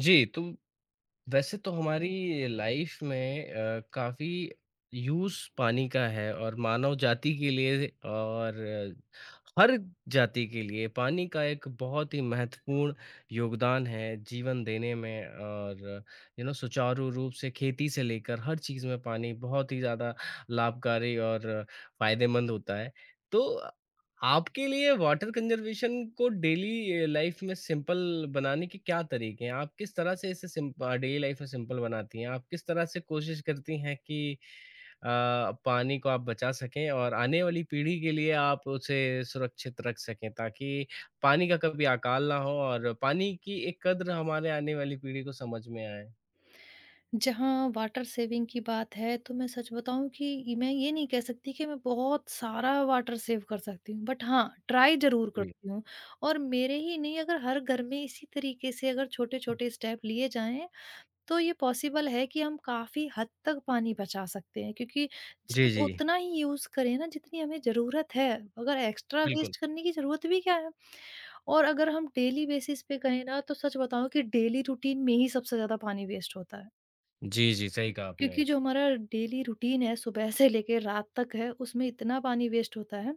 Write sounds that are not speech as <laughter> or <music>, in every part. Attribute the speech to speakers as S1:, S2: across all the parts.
S1: जी, तो वैसे तो हमारी लाइफ में काफ़ी यूज़ पानी का है और मानव जाति के लिए और हर जाति के लिए पानी का एक बहुत ही महत्वपूर्ण योगदान है जीवन देने में और सुचारू रूप से खेती से लेकर हर चीज़ में पानी बहुत ही ज़्यादा लाभकारी और फ़ायदेमंद होता है। तो आपके लिए वाटर कंजर्वेशन को डेली लाइफ में सिंपल बनाने के क्या तरीके हैं? आप किस तरह से इसे सिंप डेली लाइफ में सिंपल बनाती हैं? आप किस तरह से कोशिश करती हैं कि अ, पानी को आप बचा सकें और आने वाली पीढ़ी के लिए आप उसे सुरक्षित रख सकें ताकि पानी का कभी अकाल ना हो और पानी की एक कद्र हमारे आने वाली पीढ़ी को समझ में आए?
S2: जहाँ वाटर सेविंग की बात है तो मैं सच बताऊँ कि मैं ये नहीं कह सकती कि मैं बहुत सारा वाटर सेव कर सकती हूँ, बट हाँ, ट्राई जरूर
S1: जी।
S2: करती हूँ। और मेरे ही नहीं, अगर हर घर में इसी तरीके से अगर छोटे छोटे स्टेप लिए जाएं तो ये पॉसिबल है कि हम काफी हद तक पानी बचा सकते हैं, क्योंकि
S1: जी,
S2: सिर्फ
S1: जी।
S2: उतना ही यूज करें ना जितनी हमें जरूरत है। अगर एक्स्ट्रा
S1: बिल्कुल।
S2: वेस्ट करने की जरूरत भी क्या है। और अगर हम डेली बेसिस पे कहें ना तो सच बताऊं कि डेली रूटीन में ही सबसे ज्यादा पानी वेस्ट होता है।
S1: जी, जी, सही कहा आपने।
S2: क्योंकि जो हमारा डेली रूटीन है सुबह से लेके रात तक है, उसमें इतना पानी वेस्ट होता है।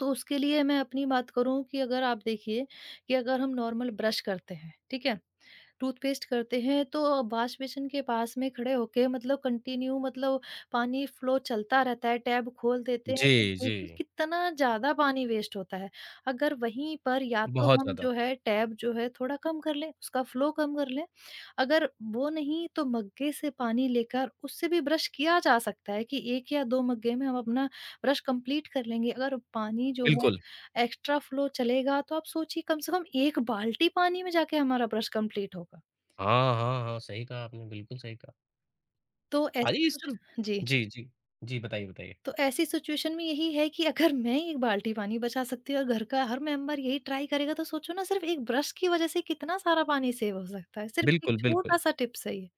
S2: तो उसके लिए मैं अपनी बात करूँ कि अगर आप देखिए कि अगर हम नॉर्मल ब्रश करते हैं, ठीक है? टूथपेस्ट करते हैं तो वॉश बेसिन के पास में खड़े होके मतलब कंटिन्यू मतलब पानी फ्लो चलता रहता है, टैब खोल देते हैं तो
S1: जी, जी।
S2: देखिए कितना ज़्यादा पानी वेस्ट होता है। अगर वहीं पर या तो
S1: बहुत
S2: हम
S1: ज़्यादा,
S2: जो है टैब जो है थोड़ा कम कर लें, उसका फ्लो कम कर लें। अगर वो नहीं तो मग्गे से पानी लेकर उससे भी ब्रश किया जा सकता है कि 1 या 2 मग्गे में हम अपना ब्रश कंप्लीट कर लेंगे। अगर पानी जो है
S1: बिल्कुल।
S2: एक्स्ट्रा फ्लो चलेगा तो आप सोचिए कम से कम 1 बाल्टी पानी में जाके हमारा ब्रश कंप्लीट होगा।
S1: हाँ, हाँ, हाँ, सही कहा आपने, बिल्कुल सही कहा।
S2: तो
S1: अरे, ये
S2: ऐसी
S1: सिर्फ़।
S2: जी।
S1: जी, जी। जी, बताइए, बताइए।
S2: तो ऐसी सिचुएशन में यही है कि अगर मैं एक बाल्टी पानी बचा सकती हूँ और घर का हर मेंबर यही ट्राई करेगा तो सोचो ना सिर्फ एक ब्रश की वजह से कितना सारा पानी सेव हो सकता है। सिर्फ एक
S1: बिल्कुल, बिल्कुल।
S2: छोटा सा टिप्स है ये।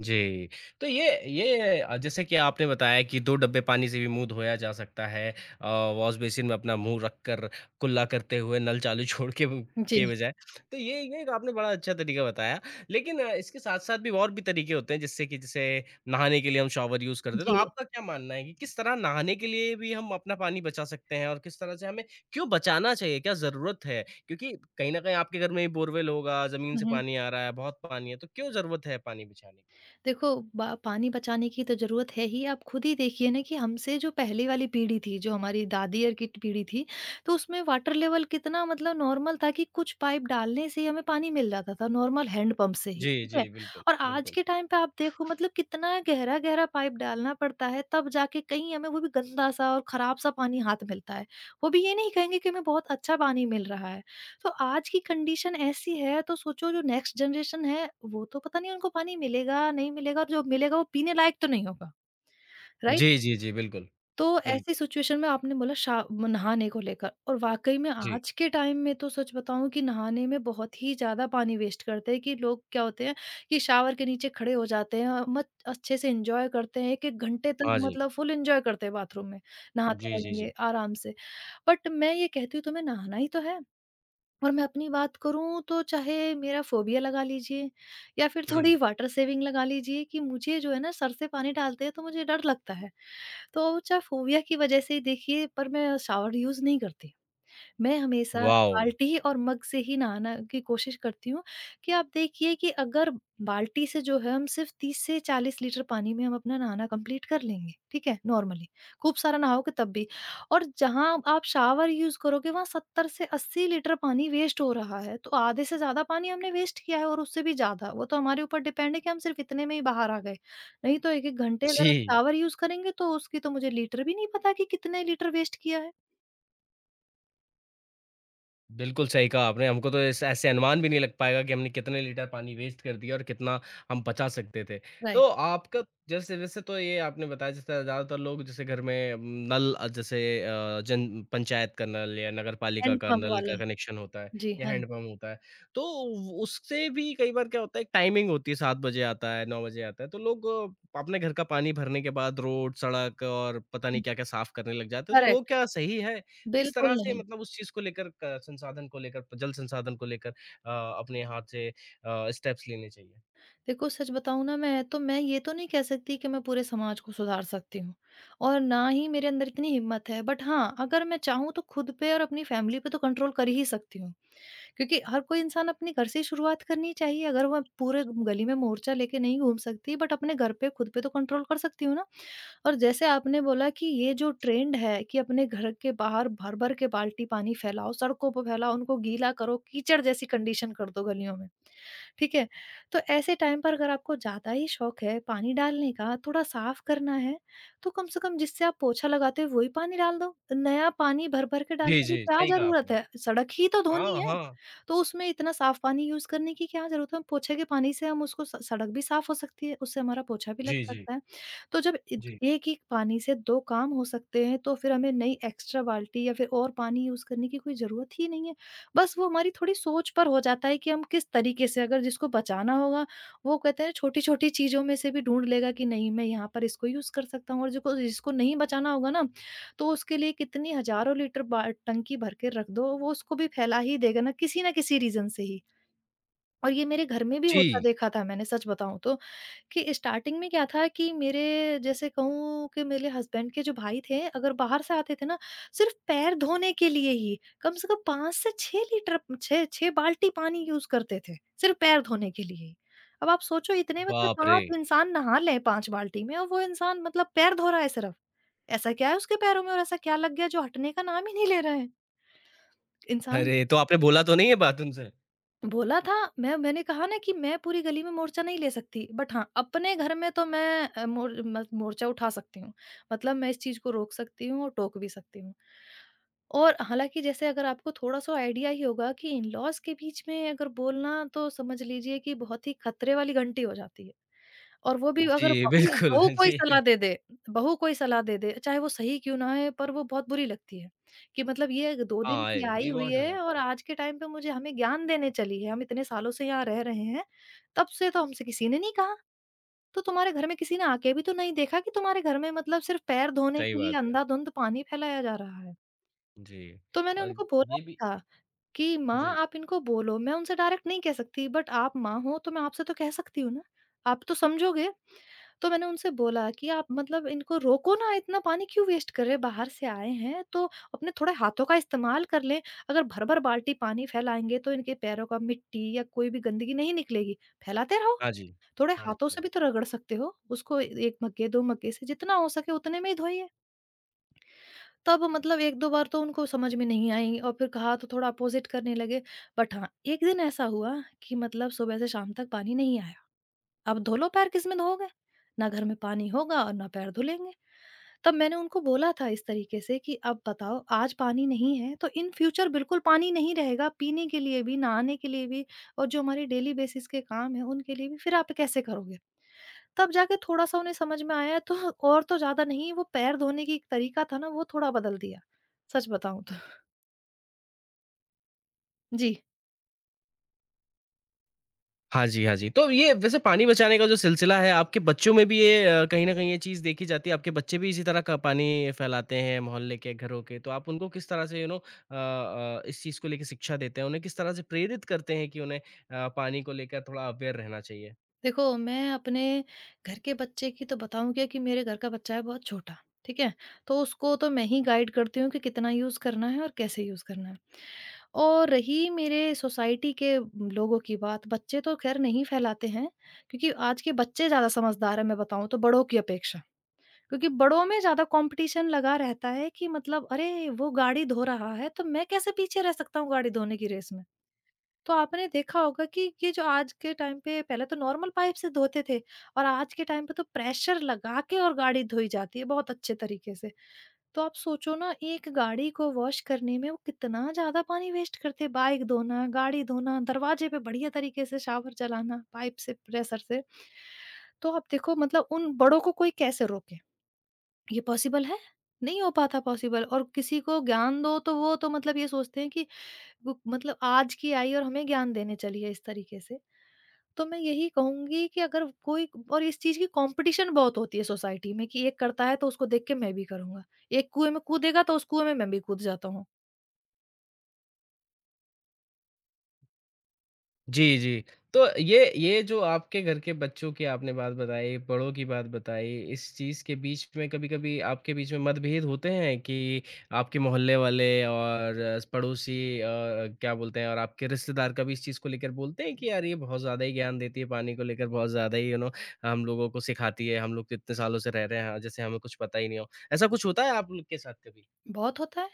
S1: जी। तो ये जैसे कि आपने बताया कि 2 डब्बे पानी से भी मुँह धोया जा सकता है वॉश बेसिन में अपना मुँह रखकर कुल्ला करते हुए नल चालू छोड़ के ब
S2: जी।
S1: के बजाय। तो ये एक आपने बड़ा अच्छा तरीका बताया। लेकिन इसके साथ-साथ भी और भी तरीके होते हैं जिससे कि जैसे नहाने के लिए हम शॉवर यूज़ करते हैं। तो
S2: जी।
S1: आपका क्या मानना है कि किस तरह नहाने के लिए भी हम अपना पानी बचा सकते हैं और किस तरह से हमें क्यों बचाना चाहिए? क्या ज़रूरत है? क्योंकि कहीं न कहीं आपके घर में भी बोरवेल होगा, ज़मीन से
S2: हम्म।
S1: पानी आ रहा है, बहुत पानी है, तो क्यों ज़रूरत है पानी बचाने की?
S2: देखो, बा पानी बचाने की तो ज़रूरत है ही। आप खुद ही देखिए ना कि हमसे जो पहले वाली पीढ़ी थी, जो हमारी दादी और की पीढ़ी थी, तो उसमें वाटर लेवल कितना मतलब नॉर्मल था कि कुछ पाइप डालने से ही हमें पानी मिल जाता था, नॉर्मल हैंडपंप से ही,
S1: जी,
S2: ठीक है?
S1: जी, बिल्कुल,
S2: और आज
S1: बिल्कुल।
S2: के टाइम पे आप देखो मतलब कितना गहरा-गहरा पाइप डालना पड़ता है, तब जाके कहीं हमें वो भी गंदा-सा और खराब-सा पानी हाथ मिलता है। वो भी ये नहीं कहेंगे कि हमें बहुत अच्छा पानी मिल रहा है। तो आज की कंडीशन ऐसी है तो सोचो जो नेक्स्ट जनरेशन है वो तो पता नहीं उनको पानी मिलेगा नहीं मिलेगा, और जो मिलेगा वो पीने लायक तो नहीं होगा, राइट।
S1: जी, जी, जी, बिल्कुल,
S2: तो ऐसी
S1: बिल्कुल।
S2: सिचुएशन में आपने बोला नहाने को लेकर, और वाकई में
S1: जी,
S2: आज के टाइम में तो सच बताऊं कि नहाने में बहुत ही ज्यादा पानी वेस्ट करते हैं। कि लोग क्या होते हैं कि शावर के नीचे खड़े हो जाते हैं और मत अच्छे से एंजॉय करते हैं एक एक घंटे तक,
S1: हाँ जी।
S2: मतलब फुल एंजॉय करते हैं बाथरूम में, नहाते
S1: जी, जी, जी।
S2: रहेंगे आराम से। बट मैं ये कहती हूँ तुम्हें नहाना ही तो है। और मैं अपनी बात करूँ तो चाहे मेरा फ़ोबिया लगा लीजिए या फिर
S1: जी,
S2: थोड़ी वाटर सेविंग लगा लीजिए कि मुझे जो है ना सर से पानी डालते हैं तो मुझे डर लगता है। तो चाहे फ़ोबिया की वज़ह से ही देखिए पर मैं शावर यूज़ नहीं करती। मैं हमेशा
S1: वाओ!
S2: बाल्टी और मग से ही नहाना की कोशिश करती हूँ। कि आप देखिए कि अगर बाल्टी से जो है हम सिर्फ 30 से 40 लीटर पानी में हम अपना नहाना कंप्लीट कर लेंगे, ठीक है? नॉर्मली खूब सारा नहाओगे तब भी। और जहाँ आप शावर यूज़ करोगे वहाँ 70 से 80 लीटर पानी वेस्ट हो रहा है, तो आधे से ज़्यादा पानी हमने वेस्ट किया है, और उससे भी ज़्यादा, वो तो हमारे ऊपर डिपेंड है कि हम सिर्फ इतने में ही बाहर आ गए। नहीं तो 1-1 घंटे
S1: जी।
S2: अगर आप शावर यूज़ करेंगे तो उसकी तो मुझे लीटर भी नहीं पता कि कितने लीटर वेस्ट किया है।
S1: बिल्कुल सही कहा आपने। हमको तो ऐसे ऐसे अनुमान भी नहीं लग पाएगा कि हमने कितने लीटर पानी वेस्ट कर दिया और कितना हम बचा सकते थे।
S2: राइट।
S1: तो आपका जैसे वैसे तो ये आपने बताया जैसे ज़्यादातर लोग जैसे घर में नल जैसे जन पंचायत का नल या नगर पालिका
S2: हैंड
S1: का
S2: पंप
S1: नल
S2: वाला।
S1: का कनेक्शन होता है
S2: जी,
S1: या
S2: हाँ जी।
S1: हैंडपंप होता है। तो व उससे भी कई बार क्या होता है एक टाइमिंग होती है 7 बजे आता है, 9 बजे आता है। तो लोग अपने घर का पानी भरने के बाद रोड, सड़क और पता नहीं
S2: हुँ,
S1: क्या-क्या साफ़ करने लग जाते हैं। तो वो
S2: करेक्ट,
S1: क्या सही है? किस तरह
S2: बिल्कुल
S1: से
S2: नहीं।
S1: मतलब उस चीज़ को लेकर क संसाधन को लेकर, जल संसाधन को लेकर अ, अपने हाथ से स्टेप्स लेने चाहिए?
S2: देखो सच बताऊँ ना, मैं ये तो नहीं कह सकती कि मैं पूरे समाज को सुधार सकती हूँ, और ना ही मेरे अंदर इतनी हिम्मत है। बट हाँ, अगर मैं चाहूँ तो खुद पे और अपनी फैमिली पे तो कंट्रोल कर ही सकती हूँ, क्योंकि हर कोई इंसान अपने घर से ही शुरुआत करनी चाहिए। अगर वह पूरे गली में मोर्चा लेके नहीं घूम सकती बट अपने घर पे खुद पे तो कंट्रोल कर सकती हूँ ना। और जैसे आपने बोला कि ये जो ट्रेंड है कि अपने घर के बाहर भर-भर के बाल्टी पानी फैलाओ, सड़कों पे फैलाओ, उनको गीला करो, कीचड़ जैसी कंडीशन कर दो गलियों में, ठीक है? तो ऐसे टाइम पर अगर आपको ज़्यादा ही शौक है पानी डालने का, थोड़ा साफ करना है, तो कम से कम जिससे आप पोछा लगाते हो वही पानी डाल दो। नया पानी भर-भर के
S1: जी,
S2: डालने की
S1: जी,
S2: क्या
S1: सही कहा आपने।
S2: ज़रूरत है? सड़क ही तो
S1: हाँ,
S2: धोनी है,
S1: हाँ।
S2: तो उसमें इतना साफ पानी यूज़ करने की क्या ज़रूरत है? पोछे के पानी से हम उसको स सड़क भी साफ हो सकती है, उससे हमारा पोछा भी लग
S1: जी, जी,
S2: सकता है। तो जब
S1: जी।
S2: एक ही पानी से दो काम हो सकते हैं तो फिर हमें नई एक्स्ट्रा बाल्टी या फिर और पानी यूज करने की कोई जरूरत ही नहीं है। बस वो हमारी थोड़ी सोच पर हो जाता है कि हम किस तरीके से, अगर जिसको बचाना होगा वो कहते हैं छोटी छोटी चीजों में से भी ढूंढ लेगा कि नहीं मैं यहाँ पर इसको यूज कर सकता हूँ, और जिसको जिसको नहीं बचाना होगा ना तो उसके लिए कितनी हजारों लीटर टंकी भर के रख दो, वो उसको भी फैला ही देगा ना किसी रीजन से ही। और ये मेरे घर में भी होता
S1: जी,
S2: देखा था मैंने, सच बताऊँ तो, कि स्टार्टिंग में क्या था कि मेरे, जैसे कहूँ कि मेरे हस्बैंड के जो भाई थे, अगर बाहर से आते थे ना, सिर्फ़ पैर धोने के लिए ही कम से कम 5 से 6 लीटर, 6 बाल्टी पानी यूज़ करते थे, सिर्फ़ पैर धोने के लिए ही। अब आप सोचो इतने में तो
S1: बाप रे!
S2: 5 इंसान नहा लें 5 बाल्टी में, और वो इंसान मतलब पैर धो रहा है सिर्फ़। ऐसा क्या है उसके पैरों में और ऐसा क्या लग गया जो हटने का नाम ही नहीं ले रहे हैं? इंसान
S1: अरे! तो आपने बोला तो नहीं है बात उनसे?
S2: बोला था, मैंने कहा ना कि मैं पूरी गली में मोर्चा नहीं ले सकती, बट हाँ अपने घर में तो मैं मोर्चा उठा सकती हूँ। मतलब मैं इस चीज को रोक सकती हूँ और टोक भी सकती हूँ। और हालांकि, जैसे अगर आपको थोड़ा सा आइडिया ही होगा कि इन लॉज के बीच में अगर बोलना तो समझ लीजिए कि बहुत ही खतरे वाली घंटी हो जाती है। और वो भी
S1: जी,
S2: अगर बहू
S1: बिल्कुल,
S2: बहू
S1: <laughs>
S2: कोई
S1: जी।
S2: सलाह दे दे, बहू कोई सलाह दे दे, चाहे वो सही क्यों ना है पर वो बहुत बुरी लगती है, कि मतलब ये 2 दिन
S1: हाँ,
S2: की
S1: ए
S2: आई
S1: ईगो
S2: हुई
S1: हर्ट हो
S2: है
S1: जाता
S2: और
S1: है।
S2: आज के टाइम पे मुझे हमें ज्ञान देने चली है, हम इतने सालों से यहाँ रह रहे हैं, तब से तो हमसे किसी ने नहीं कहा, तो तुम्हारे घर में किसी ने आके भी तो नहीं देखा कि तुम्हारे घर में मतलब सिर्फ पैर धोने
S1: सही
S2: के लिए
S1: बात है।
S2: अंधाधुंध पानी फैलाया जा रहा है।
S1: जी,
S2: तो मैंने
S1: और
S2: उनको बोला
S1: ये भी।
S2: था कि माँ
S1: जी।
S2: आप इनको बोलो, मैं उनसे डायरेक्ट नहीं कह सकती बट आप माँ हो तो मैं आपसे तो कह सकती हूँ ना, आप तो समझोगे। तो मैंने उनसे बोला कि आप मतलब इनको रोको ना, इतना पानी क्यों वेस्ट कर रहे हैं? बाहर से आए हैं, तो अपने थोड़ा हाथों का इस्तेमाल कर लें। अगर भर-भर बाल्टी पानी फैलाएँगे तो इनके पैरों का मिट्टी या कोई भी गंदगी नहीं निकलेगी। फैलाते रहो,
S1: हाँ जी।
S2: थोड़े
S1: हाँ जी,
S2: हाथों
S1: हाँ
S2: से
S1: जी।
S2: भी तो रगड़ सकते हो। उसको 1 मग्गे, 2 मग्गे से जितना हो सके उतने में ही धोइए। तब मतलब 1-2 बार तो उनको समझ में नहीं आई, और फिर कहा तो थोड़ा अपोज़िट करने लगे। बट हाँ, एक दिन ऐसा हुआ कि मतलब सुबह से शाम तक पानी नहीं आया। अब धो लो पैर, किसमें धोओगे? ना घर में पानी होगा और ना पैर धुलेंगे। तब मैंने उनको बोला था इस तरीके से कि अब बताओ, आज पानी नहीं है तो इन फ्यूचर बिल्कुल पानी नहीं रहेगा, पीने के लिए भी, नहाने के लिए भी और जो हमारे डेली बेसिस के काम हैं उनके लिए भी, फिर आप कैसे करोगे? तब जाके थोड़ा-सा उन्हें समझ में आया, तो और तो ज़्यादा नहीं, वो पैर धोने की एक तरीका था ना वो थोड़ा बदल दिया। सच बताऊँ तो। जी।
S1: हाँ जी, हाँ जी। तो ये वैसे पानी बचाने का जो सिलसिला है आपके बच्चों में भी ये कहीं न कहीं ये चीज़ देखी जाती है, आपके बच्चे भी इसी तरह का पानी फैलाते हैं मोहल्ले के, घरों के, तो आप उनको किस तरह से इस चीज़ को लेके शिक्षा देते हैं? उन्हें किस तरह से प्रेरित करते हैं कि उन्हें पानी को लेकर थोड़ा अवेयर रहना चाहिए?
S2: देखो, मैं अपने घर के बच्चे की तो बताऊँ क्या, कि मेरे घर का बच्चा है बहुत छोटा, ठीक है? तो उसको तो मैं ही गाइड करती हूँ कि कितना यूज़ करना है और कैसे यूज़ करना है। और रही मेरे सोसाइटी के लोगों की बात, बच्चे तो खैर नहीं फैलाते हैं क्योंकि आज के बच्चे ज़्यादा समझदार हैं मैं बताऊँ तो बड़ों की अपेक्षा। क्योंकि बड़ों में ज़्यादा कॉम्पिटिशन लगा रहता है कि अरे! वो गाड़ी धो रहा है तो मैं कैसे पीछे रह सकता हूँ गाड़ी धोने की रेस में? तो आपने देखा होगा कि ये जो आज के टाइम पे पहले तो नॉर्मल पाइप से धोते थे और आज के टाइम पे तो प्रेशर लगा के और गाड़ी धोई जाती है बहुत अच्छे तरीके से। तो आप सोचो ना एक गाड़ी को वॉश करने में वो कितना ज़्यादा पानी वेस्ट करते हैं, बाइक धोना, गाड़ी धोना, दरवाजे पे बढ़िया तरीके से शावर चलाना पाइप से, प्रेशर से। तो आप देखो मतलब उन बड़ों को कोई कैसे रोके? ये पॉसिबल है? नहीं हो पाता पॉसिबल और किसी को ज्ञान दो तो वो तो मतलब ये सोचते हैं कि वो मतलब आज की आई और हमें ज्ञान देने चली है इस तरीके से। तो मैं यही कहूँगी कि अगर कोई और इस चीज़ की कॉम्पिटिशन बहुत होती है सोसाइटी में कि एक करता है तो उसको देख के मैं भी करूँगा। एक कुएँ में कूदेगा तो उस कुएँ में मैं भी कूद जाता हूँ।
S1: जी, जी। तो ये जो आपके घर के बच्चों की आपने बात बताई, बड़ों की बात बताई, इस चीज़ के बीच में कभी-कभी आपके बीच में मतभेद होते हैं कि आपके मोहल्ले वाले और पड़ोसी क्या बोलते हैं और आपके रिश्तेदार कभी इस चीज़ को लेकर बोलते हैं कि यार ये बहुत ज़्यादा ही ज्ञान देती है, पानी को लेकर बहुत ज़्यादा ही हम लोगों को सिखाती है, हम लोग तो इतने सालों से रह रहे हैं, जैसे हमें कुछ पता ही नहीं हो। ऐसा कुछ होता है आप लोग के साथ कभी?
S2: बहुत होता है।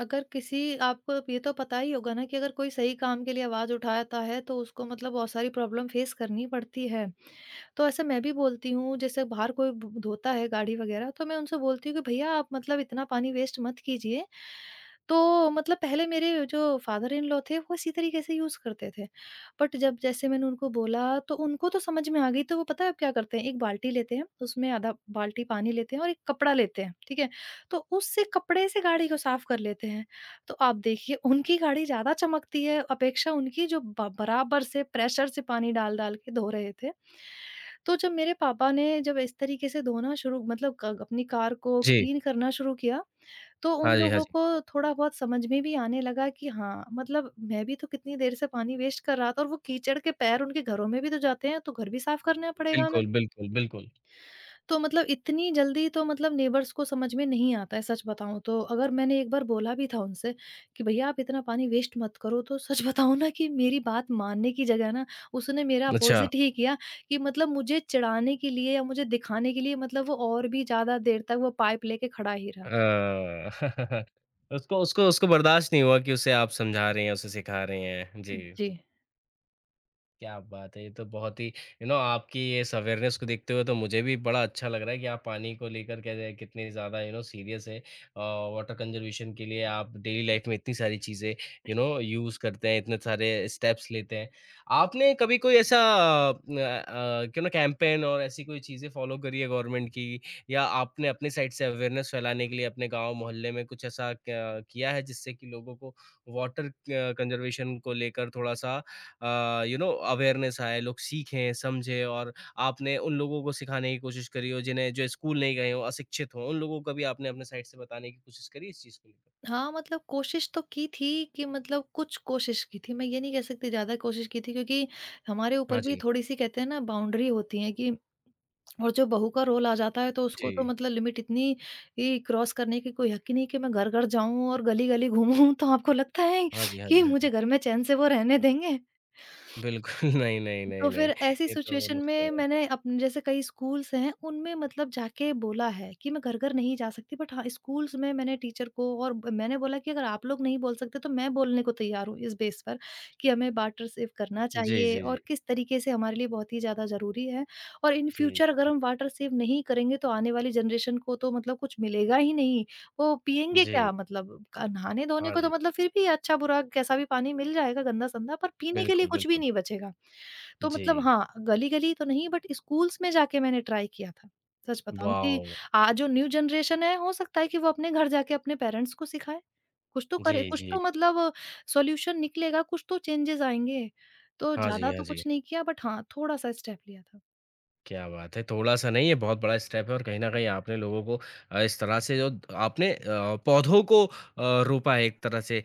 S2: अगर किसी आपको ये तो पता ही होगा ना कि अगर कोई सही काम के लिए आवाज़ उठाता है तो उसको मतलब बहुत सारी प्रॉब्लम फेस करनी पड़ती है। तो ऐसे मैं भी बोलती हूँ जैसे बाहर कोई धोता है गाड़ी वगैरह तो मैं उनसे बोलती हूँ कि भैया आप मतलब इतना पानी वेस्ट मत कीजिए। तो मतलब पहले मेरे जो फादर इन लॉ थे वो इसी तरीके से यूज करते थे, बट जब जैसे मैंने उनको बोला तो उनको तो समझ में आ गई। तो वो पता है अब क्या करते हैं, एक बाल्टी लेते हैं, उसमें आधा बाल्टी पानी लेते हैं और एक कपड़ा लेते हैं, ठीक है, तो उससे कपड़े से गाड़ी को साफ कर लेते हैं। तो आप देखिए उनकी गाड़ी ज्यादा चमकती है अपेक्षा उनकी जो बराबर से प्रेशर से पानी डाल डाल के धो रहे थे। तो जब मेरे पापा ने जब इस तरीके से धोना शुरू मतलब क अपनी कार को
S1: जी।
S2: क्लीन करना शुरू किया, तो उन
S1: हाँ जी, हाँ
S2: लोगों
S1: जी।
S2: को थोड़ा बहुत समझ में भी आने लगा कि हाँ, मतलब मैं भी तो कितनी देर से पानी वेस्ट कर रहा था और वो कीचड़ के पैर उनके घरों में भी तो जाते हैं, तो घर भी साफ करना पड़ेगा हमें।
S1: बिल्कुल, बिल्कुल, बिल्कुल।
S2: तो मतलब इतनी जल्दी तो मतलब नेबर्स को समझ में नहीं आता है, सच बताऊँ तो। अगर मैंने एक बार बोला भी था उनसे कि भैया आप इतना पानी वेस्ट मत करो, तो सच <laughs> बताऊँ ना कि मेरी बात मानने की जगह ना उसने मेरा
S1: अच्छा।
S2: अपोज़िट ही किया। कि मतलब मुझे चिढ़ाने के लिए या मुझे दिखाने के लिए मतलब वो और भी ज़्यादा देर तक वो पाइप लेके खड़ा ही
S1: अ,
S2: रहा।
S1: <laughs> उसको उसको उसको बर्दाश्त नहीं हुआ कि उसे आप समझा रहे हैं, उसे सिखा रहे हैं। जी।
S2: जी।
S1: क्या बात है! ये तो बहुत ही आपकी इस अवेयरनेस को देखते हुए तो मुझे भी बड़ा अच्छा लग रहा है कि आप पानी को लेकर कैसे कितने ज़्यादा सीरियस हैं। वाटर कंज़र्वेशन के लिए आप डेली लाइफ़ में इतनी सारी चीज़ें यूज़ करते हैं, इतने सारे स्टेप्स लेते हैं। आपने कभी कोई ऐसा न अ, क्यों ना कैम्पेन और ऐसी कोई चीज़ें फ़ॉलो करी है गवर्नमेंट की या आपने अपने साइड से अवेयरनेस फैलाने के लिए अपने गाँव, मोहल्ले में कुछ ऐसा क्या किया है जिससे कि लोगों को वाटर कंज़र्वेशन को लेकर थोड़ा-सा अवेयरनेस आए, लोग सीखें, समझें और आपने उन लोगों को सिखाने की कोशिश करी हो जिन्हें जो स्कूल नहीं गए हों, अशिक्षित हों, उन लोगों को भी आपने अपने साइड से बताने की कोशिश करी इस चीज़ को लेकर?
S2: हाँ, मतलब कोशिश तो की थी कि मतलब कुछ कोशिश की थी। मैं ये नहीं कह सकती ज़्यादा कोशिश की थी, क्योंकि हमारे
S1: हाँ
S2: ऊपर भी
S1: जी।
S2: थोड़ी-सी कहते हैं ना बाउंड्री होती है कि, और जो बहू का रोल आ जाता है तो
S1: जी।
S2: उसको तो मतलब लिमिट इतनी ही क्रॉस करने की कोई हक ही नहीं कि मैं घर-घर जाऊँ और गली-गली घूमूँ। तो आपको लगता है
S1: हाँ जी, हाँ
S2: कि
S1: जी, हाँ जी।
S2: मुझे घर में चैन से वो रहने देंगे?
S1: बिल्कुल <laughs> नहीं, नहीं,
S2: तो
S1: नहीं, नहीं।
S2: फिर ऐसी
S1: ये तो बहुत
S2: सिचुएशन
S1: मुश्किल हो
S2: में
S1: जाता है।
S2: मैंने अपने जैसे कई स्कूल्स हैं उनमें मतलब जाके बोला है कि मैं घर-घर नहीं जा सकती, बट हाँ, स्कूल्स में मैंने टीचर को और ब मैंने बोला कि अगर आप लोग नहीं बोल सकते तो मैं बोलने को तैयार हूँ, इस बेस पर कि हमें वाटर सेव करना
S1: जी,
S2: चाहिए
S1: जी, जी।
S2: और किस तरीके से हमारे लिए बहुत ही ज़्यादा ज़रूरी है। और इन
S1: जी,
S2: फ्यूचर अगर
S1: जी।
S2: हम वाटर सेव नहीं करेंगे तो आने वाली जनरेशन को तो मतलब कुछ मिलेगा ही नहीं। वो पिएँगे
S1: जी।
S2: क्या, मतलब क नहाने-धोने
S1: हाँ
S2: को तो
S1: जी।
S2: मतलब फिर भी अच्छा-बुरा कैसा भी पानी मिल जाएगा गंदा-संदा, पर पीने के लिए
S1: बिल्कुल,
S2: कुछ भी
S1: बिल्कुल।
S2: नहीं बचेगा। तो
S1: जी।
S2: मतलब हाँ, गली-गली तो नहीं, बट स्कूल्स में जाके मैंने ट्राई किया था। सच बताऊँ कि
S1: वॉव!
S2: आज जो न्यू जनरेशन है हो सकता है कि वो अपने घर जाके अपने पेरेंट्स को सिखाएँ। कुछ तो करे,
S1: जी,
S2: कुछ
S1: जी।
S2: तो मतलब सॉल्यूशन निकलेगा, कुछ तो चेंजेज़ आएँगे। तो
S1: हाँ जी,
S2: ज़्यादा
S1: हाँ
S2: तो
S1: जी।
S2: कुछ नहीं किया, बट हाँ, थोड़ा-सा स्टेप लिया था।
S1: क्या बात है! थोड़ा-सा नहीं, ये बहुत बड़ा स्टेप है और कहीं न कहीं आपने लोगों को इस तरह से जो आपने पौधों को रोपा है एक तरह से।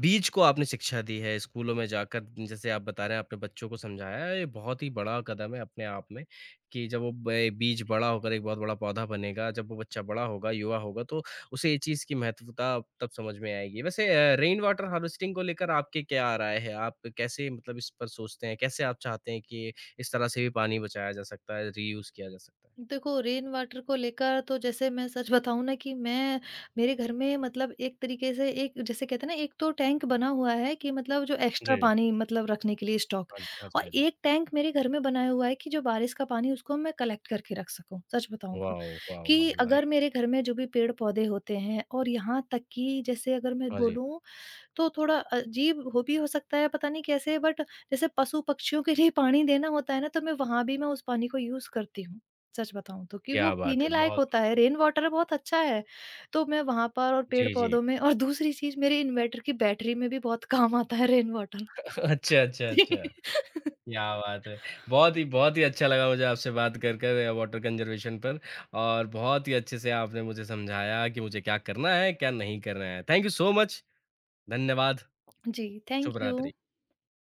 S1: बीज को आपने शिक्षा दी है स्कूलों में जाकर जैसे आप बता रहे हैं आपने बच्चों को समझाया है, ये बहुत ही बड़ा कदम है अपने आप में कि जब वो ब बीज बड़ा होकर एक बहुत बड़ा पौधा बनेगा, जब वो बच्चा बड़ा होगा, युवा होगा तो उसे ये चीज़ की महत्वता तब समझ में आएगी। वैसे रेन वाटर हार्वेस्टिंग को लेकर आपके क्या राय है? आप कैसे मतलब इस पर सोचते हैं? कैसे आप चाहते हैं कि इस तरह से भी पानी बचाया जा सकता है, रीयूज़ किया जा सकता है।
S2: देखो, रेन वाटर को लेकर तो जैसे मैं सच बताऊँ ना कि मैं मेरे घर में मतलब एक तरीके से एक जैसे कहते हैं ना, एक तो टैंक बना हुआ है कि मतलब जो एक्स्ट्रा
S1: जी।
S2: पानी मतलब रखने के लिए स्टॉक,
S1: हाँ जी, हाँ जी,
S2: और
S1: हाँ जी।
S2: एक टैंक मेरे घर में बनाया हुआ है कि जो बारिश का पानी उसको मैं कलेक्ट करके रख सकूँ, सच बताऊँ तो।
S1: वाओ! वाओ!
S2: कि
S1: वाओ!
S2: अगर
S1: नाइस।
S2: मेरे घर में जो भी पेड़-पौधे होते हैं और यहाँ तक कि जैसे अगर मैं
S1: हाँ जी,
S2: बोलूँ तो थोड़ा अजीब हो भी हो सकता है पता नहीं कैसे, बट जैसे पशु पक्षियों के लिए पानी देना होता है ना, तो मैं वहां भी मैं उस पानी को यूज करती हूँ, सच बताऊं तो। कि वो
S1: क्या बात है!
S2: पीने लायक
S1: बहुत
S2: होता है, रेन वाटर बहुत अच्छा है। तो मैं वहां पर और पेड़
S1: जी, जी।
S2: पौधों में, और दूसरी चीज मेरे इन्वर्टर की बैटरी में भी बहुत काम आता है रेन वाटर।
S1: <laughs> अच्छा, अच्छा,
S2: <laughs> जी।
S1: अच्छा। क्या बात है! बहुत ही अच्छा लगा मुझे आपसे बात कर कर वाटर कंज़र्वेशन पर और बहुत ही अच्छे से आपने मुझे समझाया कि मुझे क्या करना है, क्या नहीं करना है। Thank you so much. धन्यवाद।
S2: जी, थैंक
S1: शुभ
S2: यू।
S1: रात्रि।